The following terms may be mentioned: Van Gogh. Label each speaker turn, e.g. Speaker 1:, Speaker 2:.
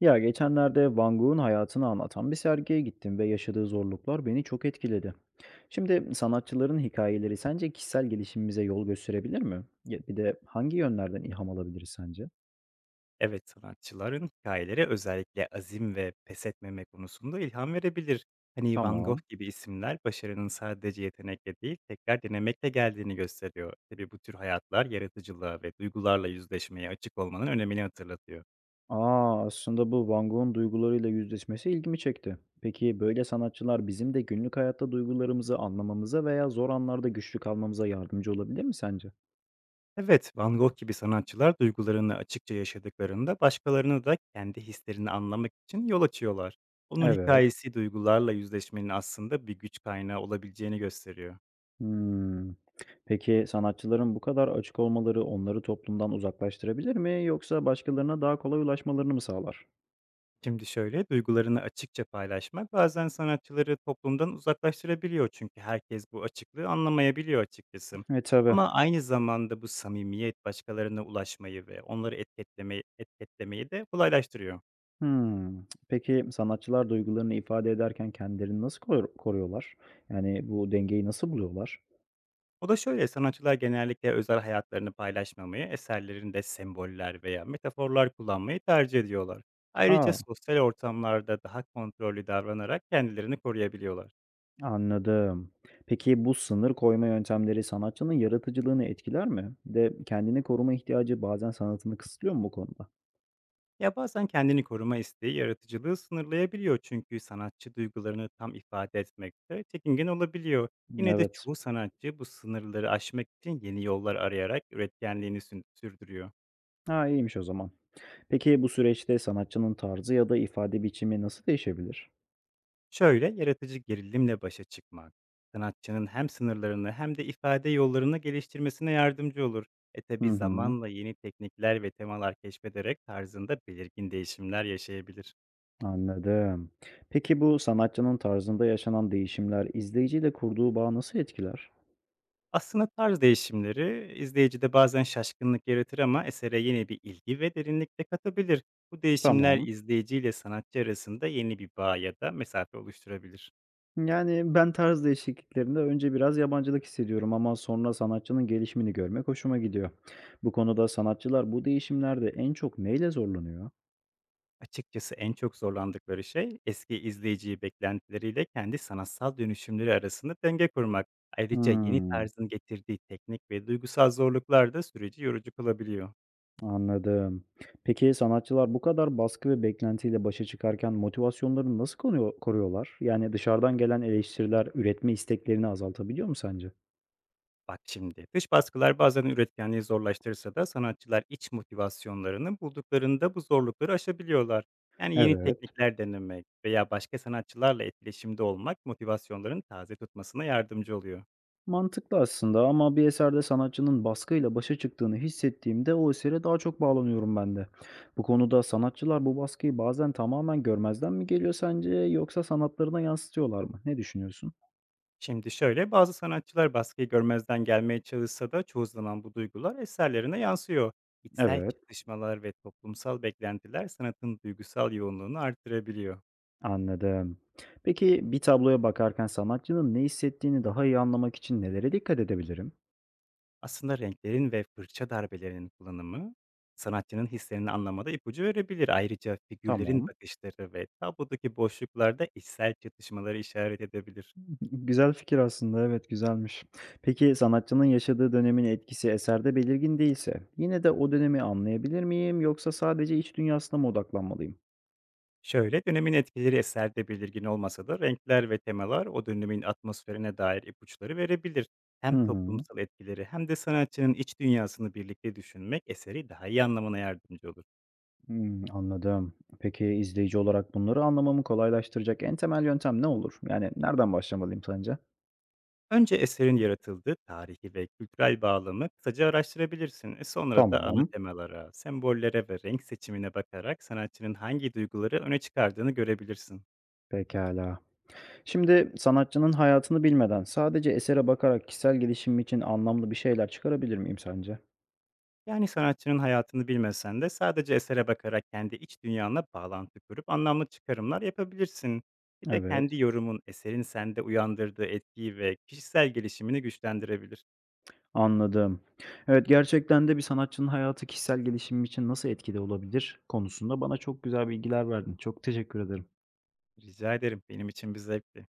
Speaker 1: Ya geçenlerde Van Gogh'un hayatını anlatan bir sergiye gittim ve yaşadığı zorluklar beni çok etkiledi. Şimdi sanatçıların hikayeleri sence kişisel gelişimimize yol gösterebilir mi? Ya bir de hangi yönlerden ilham alabiliriz sence?
Speaker 2: Evet, sanatçıların hikayeleri özellikle azim ve pes etmeme konusunda ilham verebilir. Hani, Van Gogh
Speaker 1: Tamam.
Speaker 2: gibi isimler başarının sadece yetenekle değil, tekrar denemekle geldiğini gösteriyor. Tabii bu tür hayatlar yaratıcılığa ve duygularla yüzleşmeye açık olmanın önemini hatırlatıyor.
Speaker 1: Aslında bu Van Gogh'un duygularıyla yüzleşmesi ilgimi çekti. Peki böyle sanatçılar bizim de günlük hayatta duygularımızı anlamamıza veya zor anlarda güçlü kalmamıza yardımcı olabilir mi sence?
Speaker 2: Evet, Van Gogh gibi sanatçılar duygularını açıkça yaşadıklarında başkalarını da kendi hislerini anlamak için yol açıyorlar. Onun
Speaker 1: Evet.
Speaker 2: hikayesi duygularla yüzleşmenin aslında bir güç kaynağı olabileceğini gösteriyor.
Speaker 1: Hımm. Peki sanatçıların bu kadar açık olmaları onları toplumdan uzaklaştırabilir mi yoksa başkalarına daha kolay ulaşmalarını mı sağlar?
Speaker 2: Şimdi şöyle, duygularını açıkça paylaşmak bazen sanatçıları toplumdan uzaklaştırabiliyor, çünkü herkes bu açıklığı anlamayabiliyor açıkçası.
Speaker 1: E, tabii.
Speaker 2: Ama aynı zamanda bu samimiyet başkalarına ulaşmayı ve onları etiketlemeyi de kolaylaştırıyor.
Speaker 1: Hımm. Peki sanatçılar duygularını ifade ederken kendilerini nasıl koruyorlar? Yani bu dengeyi nasıl buluyorlar?
Speaker 2: O da şöyle, sanatçılar genellikle özel hayatlarını paylaşmamayı, eserlerinde semboller veya metaforlar kullanmayı tercih ediyorlar. Ayrıca
Speaker 1: Aa,
Speaker 2: sosyal ortamlarda daha kontrollü davranarak kendilerini koruyabiliyorlar.
Speaker 1: Anladım. Peki bu sınır koyma yöntemleri sanatçının yaratıcılığını etkiler mi? Bir de kendini koruma ihtiyacı bazen sanatını kısıtlıyor mu bu konuda?
Speaker 2: Ya, bazen kendini koruma isteği yaratıcılığı sınırlayabiliyor, çünkü sanatçı duygularını tam ifade etmekte çekingen olabiliyor. Yine de
Speaker 1: Evet.
Speaker 2: çoğu sanatçı bu sınırları aşmak için yeni yollar arayarak üretkenliğini sürdürüyor.
Speaker 1: Ha, iyiymiş o zaman. Peki bu süreçte sanatçının tarzı ya da ifade biçimi nasıl değişebilir?
Speaker 2: Şöyle, yaratıcı gerilimle başa çıkmak, sanatçının hem sınırlarını hem de ifade yollarını geliştirmesine yardımcı olur. E
Speaker 1: Hı
Speaker 2: tabi
Speaker 1: hı,
Speaker 2: zamanla yeni teknikler ve temalar keşfederek tarzında belirgin değişimler yaşayabilir.
Speaker 1: anladım. Peki bu sanatçının tarzında yaşanan değişimler izleyiciyle kurduğu bağı nasıl etkiler?
Speaker 2: Aslında tarz değişimleri izleyicide bazen şaşkınlık yaratır, ama esere yeni bir ilgi ve derinlik de katabilir. Bu değişimler
Speaker 1: Tamam.
Speaker 2: izleyiciyle sanatçı arasında yeni bir bağ ya da mesafe oluşturabilir.
Speaker 1: Yani ben tarz değişikliklerinde önce biraz yabancılık hissediyorum ama sonra sanatçının gelişimini görmek hoşuma gidiyor. Bu konuda sanatçılar bu değişimlerde en çok neyle zorlanıyor?
Speaker 2: Açıkçası en çok zorlandıkları şey eski izleyiciyi beklentileriyle kendi sanatsal dönüşümleri arasında denge kurmak. Ayrıca yeni
Speaker 1: Hmm.
Speaker 2: tarzın getirdiği teknik ve duygusal zorluklar da süreci yorucu kılabiliyor.
Speaker 1: Anladım. Peki sanatçılar bu kadar baskı ve beklentiyle başa çıkarken motivasyonlarını nasıl koruyorlar? Yani dışarıdan gelen eleştiriler üretme isteklerini azaltabiliyor mu sence?
Speaker 2: Bak şimdi, dış baskılar bazen üretkenliği zorlaştırırsa da sanatçılar iç motivasyonlarını bulduklarında bu zorlukları aşabiliyorlar. Yani yeni
Speaker 1: Evet.
Speaker 2: teknikler denemek veya başka sanatçılarla etkileşimde olmak motivasyonların taze tutmasına yardımcı oluyor.
Speaker 1: Mantıklı aslında ama bir eserde sanatçının baskıyla başa çıktığını hissettiğimde o esere daha çok bağlanıyorum ben de. Bu konuda sanatçılar bu baskıyı bazen tamamen görmezden mi geliyor sence yoksa sanatlarına yansıtıyorlar mı? Ne düşünüyorsun?
Speaker 2: Şimdi şöyle, bazı sanatçılar baskıyı görmezden gelmeye çalışsa da çoğu zaman bu duygular eserlerine yansıyor. İçsel
Speaker 1: Evet.
Speaker 2: çatışmalar ve toplumsal beklentiler sanatın duygusal yoğunluğunu artırabiliyor.
Speaker 1: Anladım. Peki bir tabloya bakarken sanatçının ne hissettiğini daha iyi anlamak için nelere dikkat edebilirim?
Speaker 2: Aslında renklerin ve fırça darbelerinin kullanımı sanatçının hislerini anlamada ipucu verebilir. Ayrıca figürlerin
Speaker 1: Tamam.
Speaker 2: bakışları ve tablodaki boşluklarda içsel çatışmaları işaret edebilir.
Speaker 1: Güzel fikir aslında. Evet, güzelmiş. Peki sanatçının yaşadığı dönemin etkisi eserde belirgin değilse, yine de o dönemi anlayabilir miyim yoksa sadece iç dünyasına mı odaklanmalıyım?
Speaker 2: Şöyle, dönemin etkileri eserde belirgin olmasa da renkler ve temalar o dönemin atmosferine dair ipuçları verebilir.
Speaker 1: Hı
Speaker 2: Hem
Speaker 1: hı.
Speaker 2: toplumsal etkileri hem de sanatçının iç dünyasını birlikte düşünmek eseri daha iyi anlamana yardımcı olur.
Speaker 1: Hmm, anladım. Peki izleyici olarak bunları anlamamı kolaylaştıracak en temel yöntem ne olur? Yani nereden başlamalıyım sence?
Speaker 2: Önce eserin yaratıldığı tarihi ve kültürel bağlamı kısaca araştırabilirsin. E sonra da ana
Speaker 1: Tamam.
Speaker 2: temalara, sembollere ve renk seçimine bakarak sanatçının hangi duyguları öne çıkardığını görebilirsin.
Speaker 1: Pekala. Şimdi sanatçının hayatını bilmeden sadece esere bakarak kişisel gelişimim için anlamlı bir şeyler çıkarabilir miyim sence?
Speaker 2: Yani sanatçının hayatını bilmesen de sadece esere bakarak kendi iç dünyanla bağlantı kurup anlamlı çıkarımlar yapabilirsin. Bir de
Speaker 1: Evet,
Speaker 2: kendi yorumun eserin sende uyandırdığı etkiyi ve kişisel gelişimini güçlendirebilir.
Speaker 1: anladım. Evet, gerçekten de bir sanatçının hayatı kişisel gelişimim için nasıl etkili olabilir konusunda bana çok güzel bilgiler verdin. Çok teşekkür ederim.
Speaker 2: Rica ederim, benim için bir zevkti.